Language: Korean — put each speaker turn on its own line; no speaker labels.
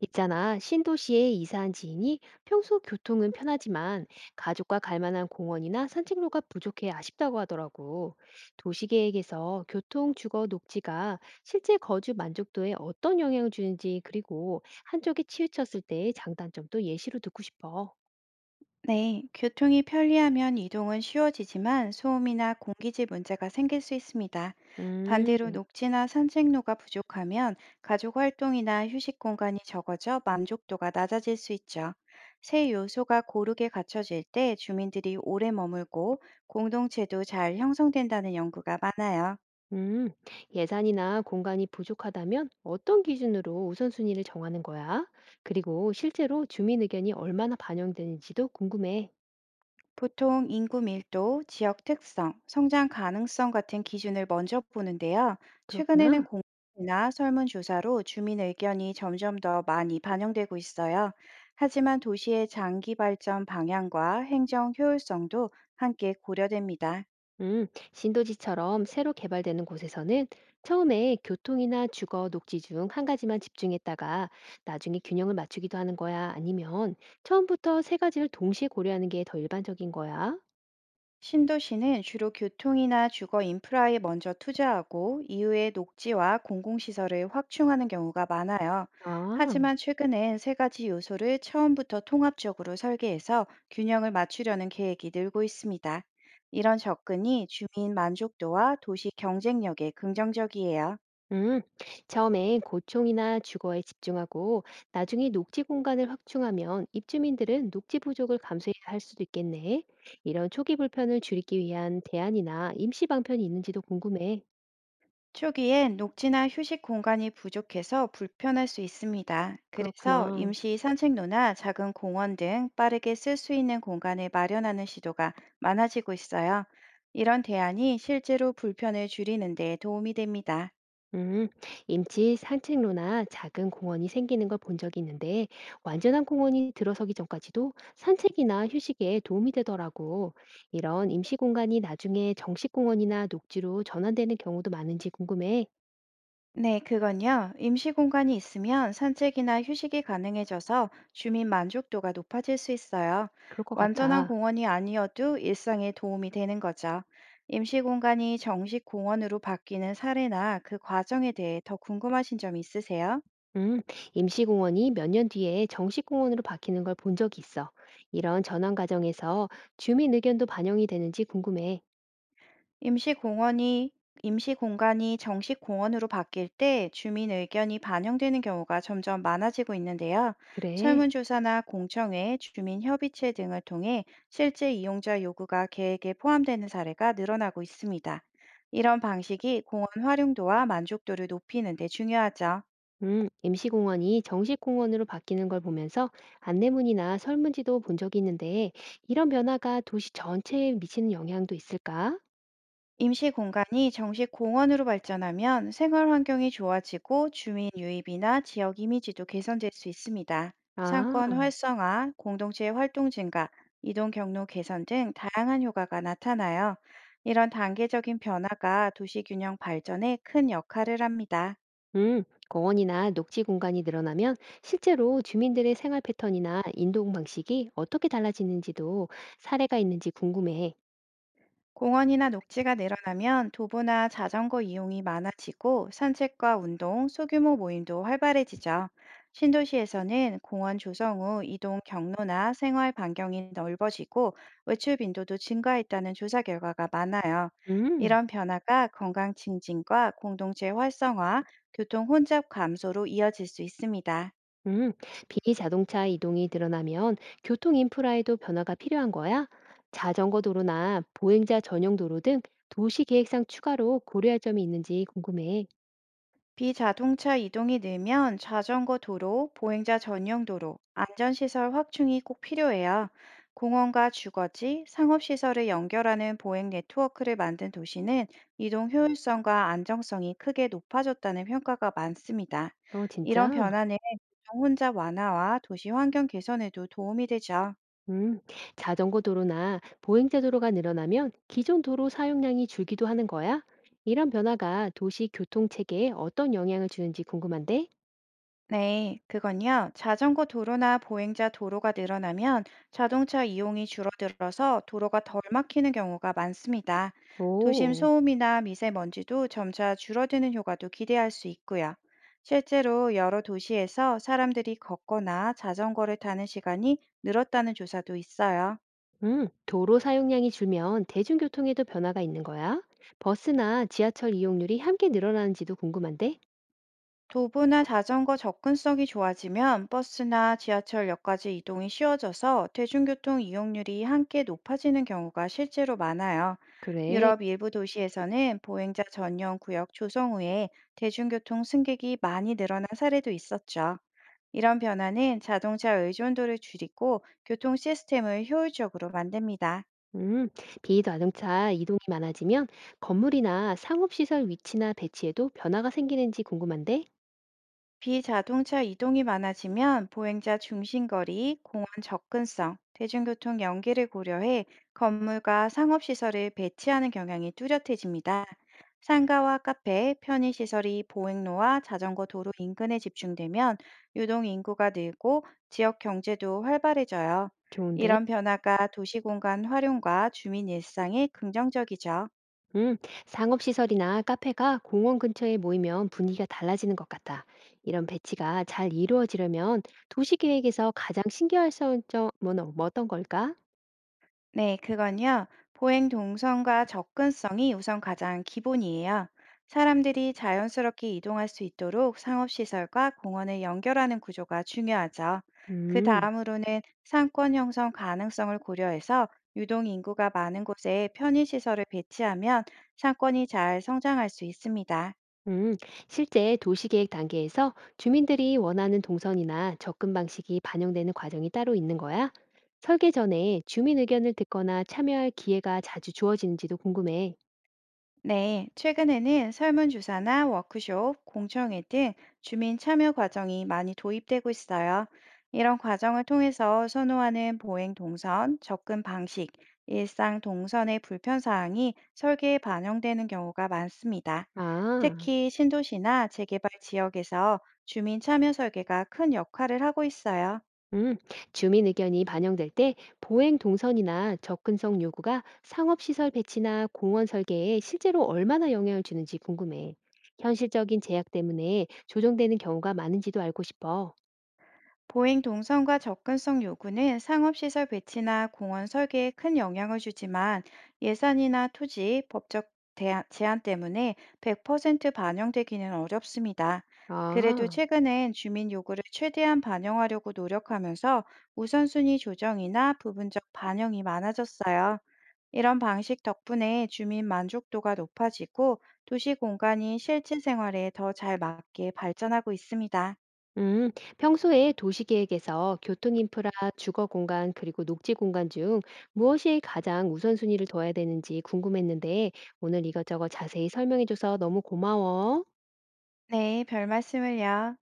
있잖아, 신도시에 이사한 지인이 평소 교통은 편하지만 가족과 갈 만한 공원이나 산책로가 부족해 아쉽다고 하더라고. 도시계획에서 교통, 주거, 녹지가 실제 거주 만족도에 어떤 영향을 주는지, 그리고 한쪽에 치우쳤을 때의 장단점도 예시로 듣고 싶어.
네, 교통이 편리하면 이동은 쉬워지지만 소음이나 공기질 문제가 생길 수 있습니다. 반대로
음,
녹지나 산책로가 부족하면 가족 활동이나 휴식 공간이 적어져 만족도가 낮아질 수 있죠. 세 요소가 고르게 갖춰질 때 주민들이 오래 머물고 공동체도 잘 형성된다는 연구가 많아요.
음. 예산이나 공간이 부족하다면 어떤 기준으로 우선순위를 정하는 거야? 그리고 실제로 주민 의견이 얼마나 반영되는지도 궁금해.
보통 인구 밀도, 지역 특성, 성장 가능성 같은 기준을 먼저 보는데요. 최근에는
그렇구나.
공이나 설문조사로 주민 의견이 점점 더 많이 반영되고 있어요. 하지만 도시의 장기 발전 방향과 행정 효율성도 함께 고려됩니다.
음, 신도시처럼 새로 개발되는 곳에서는 처음에 교통이나 주거, 녹지 중 한 가지만 집중했다가 나중에 균형을 맞추기도 하는 거야? 아니면 처음부터 세 가지를 동시에 고려하는 게 더 일반적인 거야?
신도시는 주로 교통이나 주거 인프라에 먼저 투자하고 이후에 녹지와 공공시설을 확충하는 경우가 많아요.
아,
하지만 최근엔 세 가지 요소를 처음부터 통합적으로 설계해서 균형을 맞추려는 계획이 늘고 있습니다. 이런 접근이 주민 만족도와 도시 경쟁력에 긍정적이에요.
음. 처음엔 고총이나 주거에 집중하고 나중에 녹지 공간을 확충하면 입주민들은 녹지 부족을 감수해야 할 수도 있겠네. 이런 초기 불편을 줄이기 위한 대안이나 임시 방편이 있는지도 궁금해.
초기엔 녹지나 휴식 공간이 부족해서 불편할 수 있습니다. 그래서
그렇구나.
임시 산책로나 작은 공원 등 빠르게 쓸 수 있는 공간을 마련하는 시도가 많아지고 있어요. 이런 대안이 실제로 불편을 줄이는 데 도움이 됩니다.
음, 임치 산책로나 작은 공원이 생기는 걸 본 적이 있는데, 완전한 공원이 들어서기 전까지도 산책이나 휴식에 도움이 되더라고. 이런 임시 공간이 나중에 정식 공원이나 녹지로 전환되는 경우도 많은지 궁금해.
네, 그건요. 임시 공간이 있으면 산책이나 휴식이 가능해져서 주민 만족도가 높아질 수 있어요.
그럴 것
완전한
같아.
공원이 아니어도 일상에 도움이 되는 거죠. 임시 공간이 정식 공원으로 바뀌는 사례나 그 과정에 대해 더 궁금하신 점 있으세요?
음, 임시 공원이 몇 년 뒤에 정식 공원으로 바뀌는 걸 본 적이 있어. 이런 전환 과정에서 주민 의견도 반영이 되는지 궁금해.
임시공원이 임시공간이 정식 공원으로 바뀔 때 주민 의견이 반영되는 경우가 점점 많아지고 있는데요.
그래.
설문조사나 공청회, 주민협의체 등을 통해 실제 이용자 요구가 계획에 포함되는 사례가 늘어나고 있습니다. 이런 방식이 공원 활용도와 만족도를 높이는 데 중요하죠.
임시공원이 정식공원으로 바뀌는 걸 보면서 안내문이나 설문지도 본 적이 있는데, 이런 변화가 도시 전체에 미치는 영향도 있을까?
임시 공간이 정식 공원으로 발전하면 생활 환경이 좋아지고 주민 유입이나 지역 이미지도 개선될 수 있습니다. 상권
아,
활성화, 공동체 활동 증가, 이동 경로 개선 등 다양한 효과가 나타나요. 이런 단계적인 변화가 도시 균형 발전에 큰 역할을 합니다.
음, 공원이나 녹지 공간이 늘어나면 실제로 주민들의 생활 패턴이나 이동 방식이 어떻게 달라지는지도 사례가 있는지 궁금해.
공원이나 녹지가 늘어나면 도보나 자전거 이용이 많아지고 산책과 운동, 소규모 모임도 활발해지죠. 신도시에서는 공원 조성 후 이동 경로나 생활 반경이 넓어지고 외출 빈도도 증가했다는 조사 결과가 많아요.
음.
이런 변화가 건강 증진과 공동체 활성화, 교통 혼잡 감소로 이어질 수 있습니다.
음, 비자동차 이동이 늘어나면 교통 인프라에도 변화가 필요한 거야? 자전거 도로나 보행자 전용 도로 등 도시 계획상 추가로 고려할 점이 있는지 궁금해.
비자동차 이동이 늘면 자전거 도로, 보행자 전용 도로, 안전시설 확충이 꼭 필요해요. 공원과 주거지, 상업시설을 연결하는 보행 네트워크를 만든 도시는 이동 효율성과 안정성이 크게 높아졌다는 평가가 많습니다.
어,
이런
진짜?
변화는 교통 혼자 완화와 도시 환경 개선에도 도움이 되죠.
음, 자전거 도로나 보행자 도로가 늘어나면 기존 도로 사용량이 줄기도 하는 거야? 이런 변화가 도시 교통 체계에 어떤 영향을 주는지 궁금한데?
네, 그건요. 자전거 도로나 보행자 도로가 늘어나면 자동차 이용이 줄어들어서 도로가 덜 막히는 경우가 많습니다. 도심
오.
소음이나 미세먼지도 점차 줄어드는 효과도 기대할 수 있고요. 실제로 여러 도시에서 사람들이 걷거나 자전거를 타는 시간이 늘었다는 조사도 있어요.
도로 사용량이 줄면 대중교통에도 변화가 있는 거야? 버스나 지하철 이용률이 함께 늘어나는지도 궁금한데?
도보나 자전거 접근성이 좋아지면 버스나 지하철역까지 이동이 쉬워져서 대중교통 이용률이 함께 높아지는 경우가 실제로 많아요.
그래.
유럽 일부 도시에서는 보행자 전용 구역 조성 후에 대중교통 승객이 많이 늘어난 사례도 있었죠. 이런 변화는 자동차 의존도를 줄이고 교통 시스템을 효율적으로 만듭니다.
음, 비자동차 이동이 많아지면 건물이나 상업시설 위치나 배치에도 변화가 생기는지 궁금한데?
비자동차 이동이 많아지면 보행자 중심거리, 공원 접근성, 대중교통 연계를 고려해 건물과 상업시설을 배치하는 경향이 뚜렷해집니다. 상가와 카페, 편의시설이 보행로와 자전거 도로 인근에 집중되면 유동 인구가 늘고 지역 경제도 활발해져요.
좋은데?
이런 변화가 도시 공간 활용과 주민 일상에 긍정적이죠.
음, 상업시설이나 카페가 공원 근처에 모이면 분위기가 달라지는 것 같다. 이런 배치가 잘 이루어지려면 도시계획에서 가장 신경 쓸 점은 어떤 걸까?
네, 그건요. 보행 동선과 접근성이 우선 가장 기본이에요. 사람들이 자연스럽게 이동할 수 있도록 상업시설과 공원을 연결하는 구조가 중요하죠. 그
음.
다음으로는 상권 형성 가능성을 고려해서 유동 인구가 많은 곳에 편의시설을 배치하면 상권이 잘 성장할 수 있습니다.
음, 실제 도시계획 단계에서 주민들이 원하는 동선이나 접근 방식이 반영되는 과정이 따로 있는 거야? 설계 전에 주민 의견을 듣거나 참여할 기회가 자주 주어지는지도 궁금해.
네, 최근에는 설문조사나 워크숍, 공청회 등 주민 참여 과정이 많이 도입되고 있어요. 이런 과정을 통해서 선호하는 보행 동선, 접근 방식, 일상 동선의 불편 사항이 설계에 반영되는 경우가 많습니다.
아,
특히 신도시나 재개발 지역에서 주민 참여 설계가 큰 역할을 하고 있어요.
음, 주민 의견이 반영될 때 보행 동선이나 접근성 요구가 상업시설 배치나 공원 설계에 실제로 얼마나 영향을 주는지 궁금해. 현실적인 제약 때문에 조정되는 경우가 많은지도 알고 싶어.
보행 동선과 접근성 요구는 상업시설 배치나 공원 설계에 큰 영향을 주지만 예산이나 토지, 법적 제한 때문에 100% 반영되기는 어렵습니다. 그래도
아.
최근엔 주민 요구를 최대한 반영하려고 노력하면서 우선순위 조정이나 부분적 반영이 많아졌어요. 이런 방식 덕분에 주민 만족도가 높아지고 도시 공간이 실제 생활에 더 잘 맞게 발전하고 있습니다.
음, 평소에 도시계획에서 교통인프라, 주거공간, 그리고 녹지공간 중 무엇이 가장 우선순위를 둬야 되는지 궁금했는데 오늘 이것저것 자세히 설명해줘서 너무 고마워.
네, 별 말씀을요.